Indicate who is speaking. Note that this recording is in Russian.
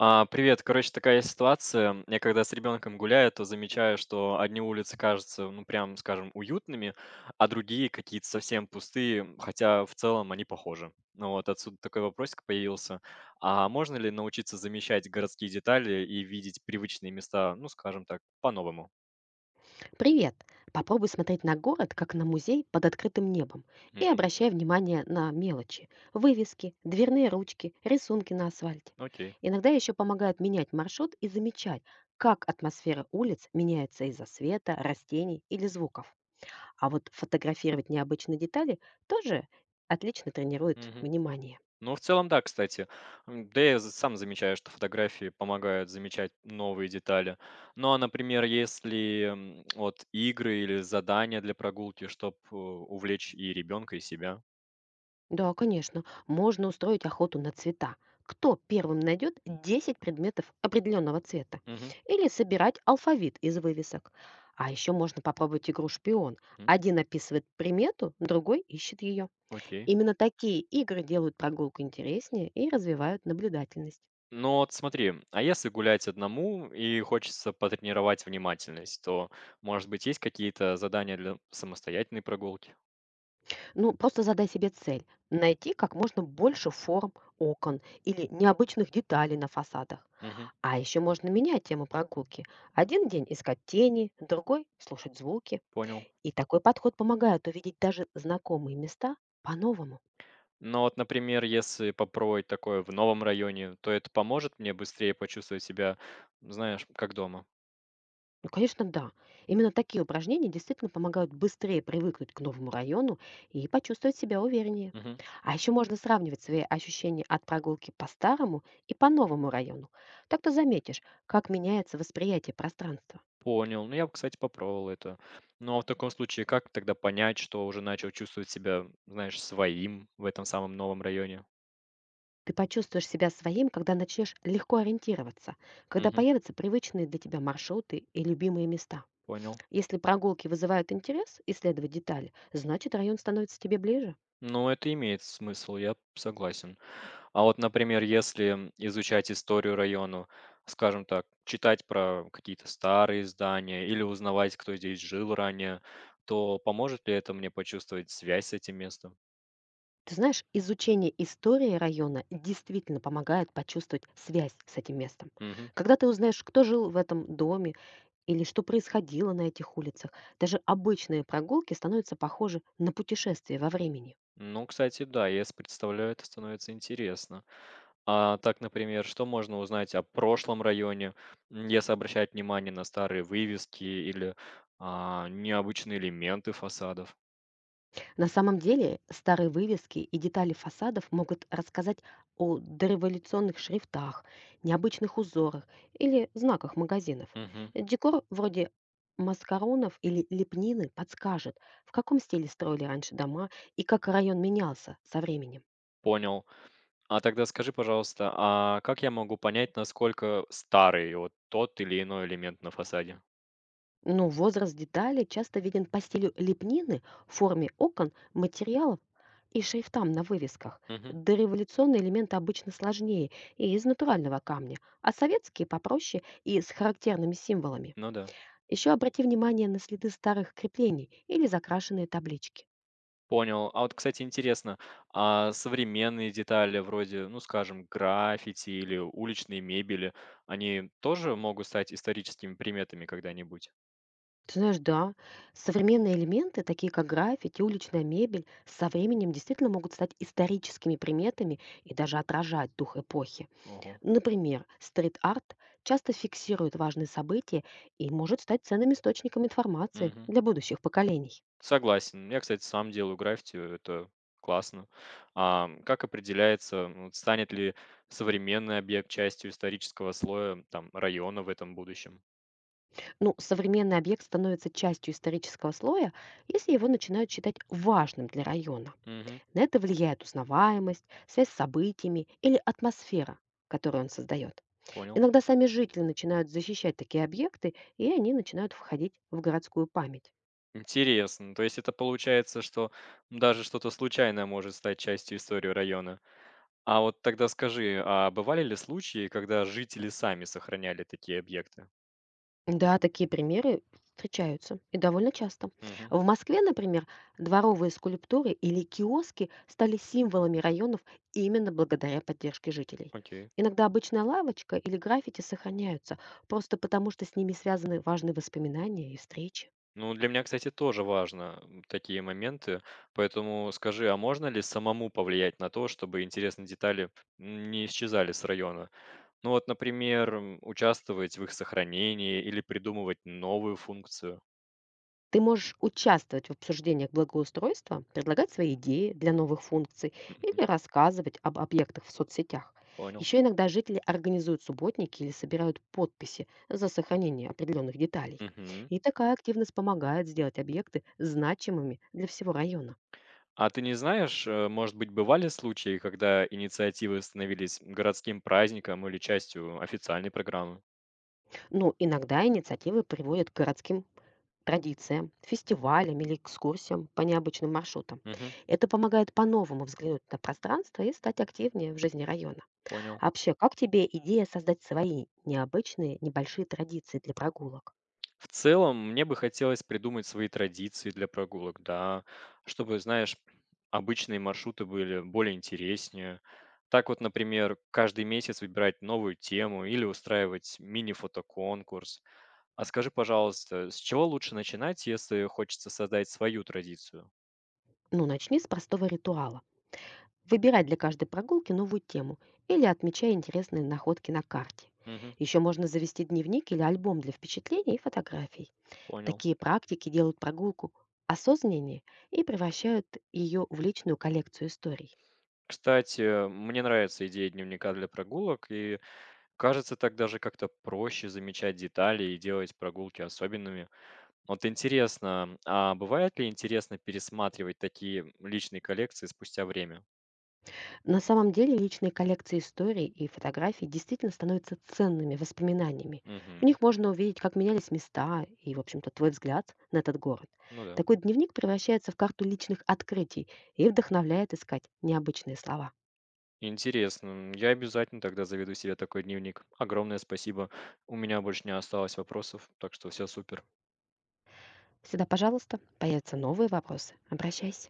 Speaker 1: А, привет. Короче, такая ситуация. Я когда с ребенком гуляю, то замечаю, что одни улицы кажутся, прям, скажем, уютными, а другие какие-то совсем пустые, хотя в целом они похожи. Ну вот отсюда такой вопросик появился. А можно ли научиться замечать городские детали и видеть привычные места, ну, скажем так, по-новому?
Speaker 2: Привет! Попробуй смотреть на город, как на музей под открытым небом, и
Speaker 1: Мгм.
Speaker 2: обращай внимание на мелочи, вывески, дверные ручки, рисунки на асфальте.
Speaker 1: Окей.
Speaker 2: Иногда еще помогает менять маршрут и замечать, как атмосфера улиц меняется из-за света, растений или звуков. А вот фотографировать необычные детали тоже отлично тренирует
Speaker 1: Мгм.
Speaker 2: внимание.
Speaker 1: Ну, в целом, да, кстати. Сам замечаю, что фотографии помогают замечать новые детали. Ну, а, например, если вот игры или задания для прогулки, чтобы увлечь и ребенка, и себя.
Speaker 2: Да, конечно. Можно устроить охоту на цвета. Кто первым найдет 10 предметов определенного цвета?
Speaker 1: Мгм.
Speaker 2: Или собирать алфавит из вывесок. А еще можно попробовать игру «Шпион».
Speaker 1: М,
Speaker 2: Один описывает примету, другой ищет ее.
Speaker 1: Окей.
Speaker 2: Именно такие игры делают прогулку интереснее и развивают наблюдательность.
Speaker 1: Ну вот смотри, а если гулять одному и хочется потренировать внимательность, то, может быть, есть какие-то задания для самостоятельной прогулки?
Speaker 2: Ну, просто задай себе цель– найти как можно больше форм окон или необычных деталей на фасадах.
Speaker 1: Мгм.
Speaker 2: А еще можно менять тему прогулки. Один день искать тени, другой– слушать звуки.
Speaker 1: Понял.
Speaker 2: И такой подход помогает увидеть даже знакомые места по-новому.
Speaker 1: Но вот, например, если попробовать такое в новом районе, то это поможет мне быстрее почувствовать себя, знаешь, как дома.
Speaker 2: Ну, конечно, да. Именно такие упражнения действительно помогают быстрее привыкнуть к новому району и почувствовать себя увереннее.
Speaker 1: Мгм.
Speaker 2: А еще можно сравнивать свои ощущения от прогулки по старому и по новому району. Так ты заметишь, как меняется восприятие пространства.
Speaker 1: Понял. Ну, я бы, кстати, попробовал это. Но в таком случае, как тогда понять, что уже начал чувствовать себя, знаешь, своим в этом самом новом районе?
Speaker 2: Ты почувствуешь себя своим, когда начнешь легко ориентироваться, когда
Speaker 1: Мгм.
Speaker 2: появятся привычные для тебя маршруты и любимые места.
Speaker 1: Понял.
Speaker 2: Если прогулки вызывают интерес исследовать детали, значит район становится тебе ближе.
Speaker 1: Ну, это имеет смысл, я согласен. А вот, например, если изучать историю района, скажем так, читать про какие-то старые здания или узнавать, кто здесь жил ранее, то поможет ли это мне почувствовать связь с этим местом?
Speaker 2: Ты знаешь, изучение истории района действительно помогает почувствовать связь с этим местом.
Speaker 1: Мгм.
Speaker 2: Когда ты узнаешь, кто жил в этом доме или что происходило на этих улицах, даже обычные прогулки становятся похожи на путешествие во времени.
Speaker 1: Ну, кстати, да, представляю, это становится интересно. А так, например, что можно узнать о прошлом районе, если обращать внимание на старые вывески или необычные элементы фасадов?
Speaker 2: На самом деле старые вывески и детали фасадов могут рассказать о дореволюционных шрифтах, необычных узорах или знаках магазинов.
Speaker 1: Мгм.
Speaker 2: Декор вроде маскаронов или лепнины подскажет, в каком стиле строили раньше дома и как район менялся со временем.
Speaker 1: Понял. А тогда скажи, пожалуйста, а как я могу понять, насколько старый вот тот или иной элемент на фасаде?
Speaker 2: Ну, возраст деталей часто виден по стилю лепнины, форме окон, материалов и шрифтам на вывесках.
Speaker 1: Мгм.
Speaker 2: Дореволюционные элементы обычно сложнее и из натурального камня, а советские попроще и с характерными символами.
Speaker 1: Ну да.
Speaker 2: Еще обрати внимание на следы старых креплений или закрашенные таблички.
Speaker 1: Понял. А вот, кстати, интересно, а современные детали вроде, ну, скажем, граффити или уличной мебели, они тоже могут стать историческими приметами когда-нибудь?
Speaker 2: Ты знаешь, да, современные элементы, такие как граффити, уличная мебель, со временем действительно могут стать историческими приметами и даже отражать дух эпохи.
Speaker 1: Ого.
Speaker 2: Например, стрит-арт часто фиксирует важные события и может стать ценным источником информации
Speaker 1: Мгм.
Speaker 2: для будущих поколений.
Speaker 1: Согласен. Я, кстати, сам делаю граффити, это классно. А как определяется, ну, вот станет ли современный объект частью исторического слоя там, района в этом будущем?
Speaker 2: Ну, современный объект становится частью исторического слоя, если его начинают считать важным для района.
Speaker 1: Мгм.
Speaker 2: На это влияет узнаваемость, связь с событиями или атмосфера, которую он создает.
Speaker 1: Понял.
Speaker 2: Иногда сами жители начинают защищать такие объекты, и они начинают входить в городскую память.
Speaker 1: Интересно. То есть это получается, что даже что-то случайное может стать частью истории района. А вот тогда скажи, а бывали ли случаи, когда жители сами сохраняли такие объекты?
Speaker 2: Да, такие примеры встречаются и довольно часто.
Speaker 1: Мгм.
Speaker 2: В Москве, например, дворовые скульптуры или киоски стали символами районов именно благодаря поддержке жителей.
Speaker 1: Окей.
Speaker 2: Иногда обычная лавочка или граффити сохраняются, просто потому что с ними связаны важные воспоминания и встречи.
Speaker 1: Ну, для меня, кстати, тоже важно, такие моменты. Поэтому скажи, а можно ли самому повлиять на то, чтобы интересные детали не исчезали с района? Ну вот, например, участвовать в их сохранении или придумывать новую функцию.
Speaker 2: Ты можешь участвовать в обсуждениях благоустройства, предлагать свои идеи для новых функций
Speaker 1: Мгм.
Speaker 2: или рассказывать об объектах в соцсетях.
Speaker 1: Понял.
Speaker 2: Еще иногда жители организуют субботники или собирают подписи за сохранение определенных деталей.
Speaker 1: Мгм.
Speaker 2: И такая активность помогает сделать объекты значимыми для всего района.
Speaker 1: А ты не знаешь, может быть, бывали случаи, когда инициативы становились городским праздником или частью официальной программы?
Speaker 2: Но иногда инициативы приводят к городским традициям, фестивалям или экскурсиям по необычным маршрутам.
Speaker 1: Мгм.
Speaker 2: Это помогает по-новому взглянуть на пространство и стать активнее в жизни района.
Speaker 1: Понял.
Speaker 2: А вообще, как тебе идея создать свои необычные небольшие традиции для прогулок?
Speaker 1: В целом, мне бы хотелось придумать свои традиции для прогулок, да, чтобы, знаешь, обычные маршруты были более интереснее. Так вот, например, каждый месяц выбирать новую тему или устраивать мини-фотоконкурс. А скажи, пожалуйста, с чего лучше начинать, если хочется создать свою традицию?
Speaker 2: Ну, начни с простого ритуала. Выбирай для каждой прогулки новую тему или отмечай интересные находки на карте.
Speaker 1: Мгм,
Speaker 2: Еще можно завести дневник или альбом для впечатлений и фотографий.
Speaker 1: понял.
Speaker 2: Такие практики делают прогулку осознаннее и превращают ее в личную коллекцию историй.
Speaker 1: Кстати, мне нравится идея дневника для прогулок, и кажется, так даже как-то проще замечать детали и делать прогулки особенными. Вот интересно, а бывает ли интересно пересматривать такие личные коллекции спустя время?
Speaker 2: На самом деле личные коллекции историй и фотографий действительно становятся ценными воспоминаниями.
Speaker 1: Мгм.
Speaker 2: В них можно увидеть, как менялись места и, в общем-то, твой взгляд на этот город.
Speaker 1: Ну да.
Speaker 2: Такой дневник превращается в карту личных открытий и вдохновляет искать необычные слова.
Speaker 1: Интересно. Я обязательно тогда заведу себе такой дневник. Огромное спасибо. У меня больше не осталось вопросов, так что все супер.
Speaker 2: Всегда, пожалуйста, появятся новые вопросы. Обращайся.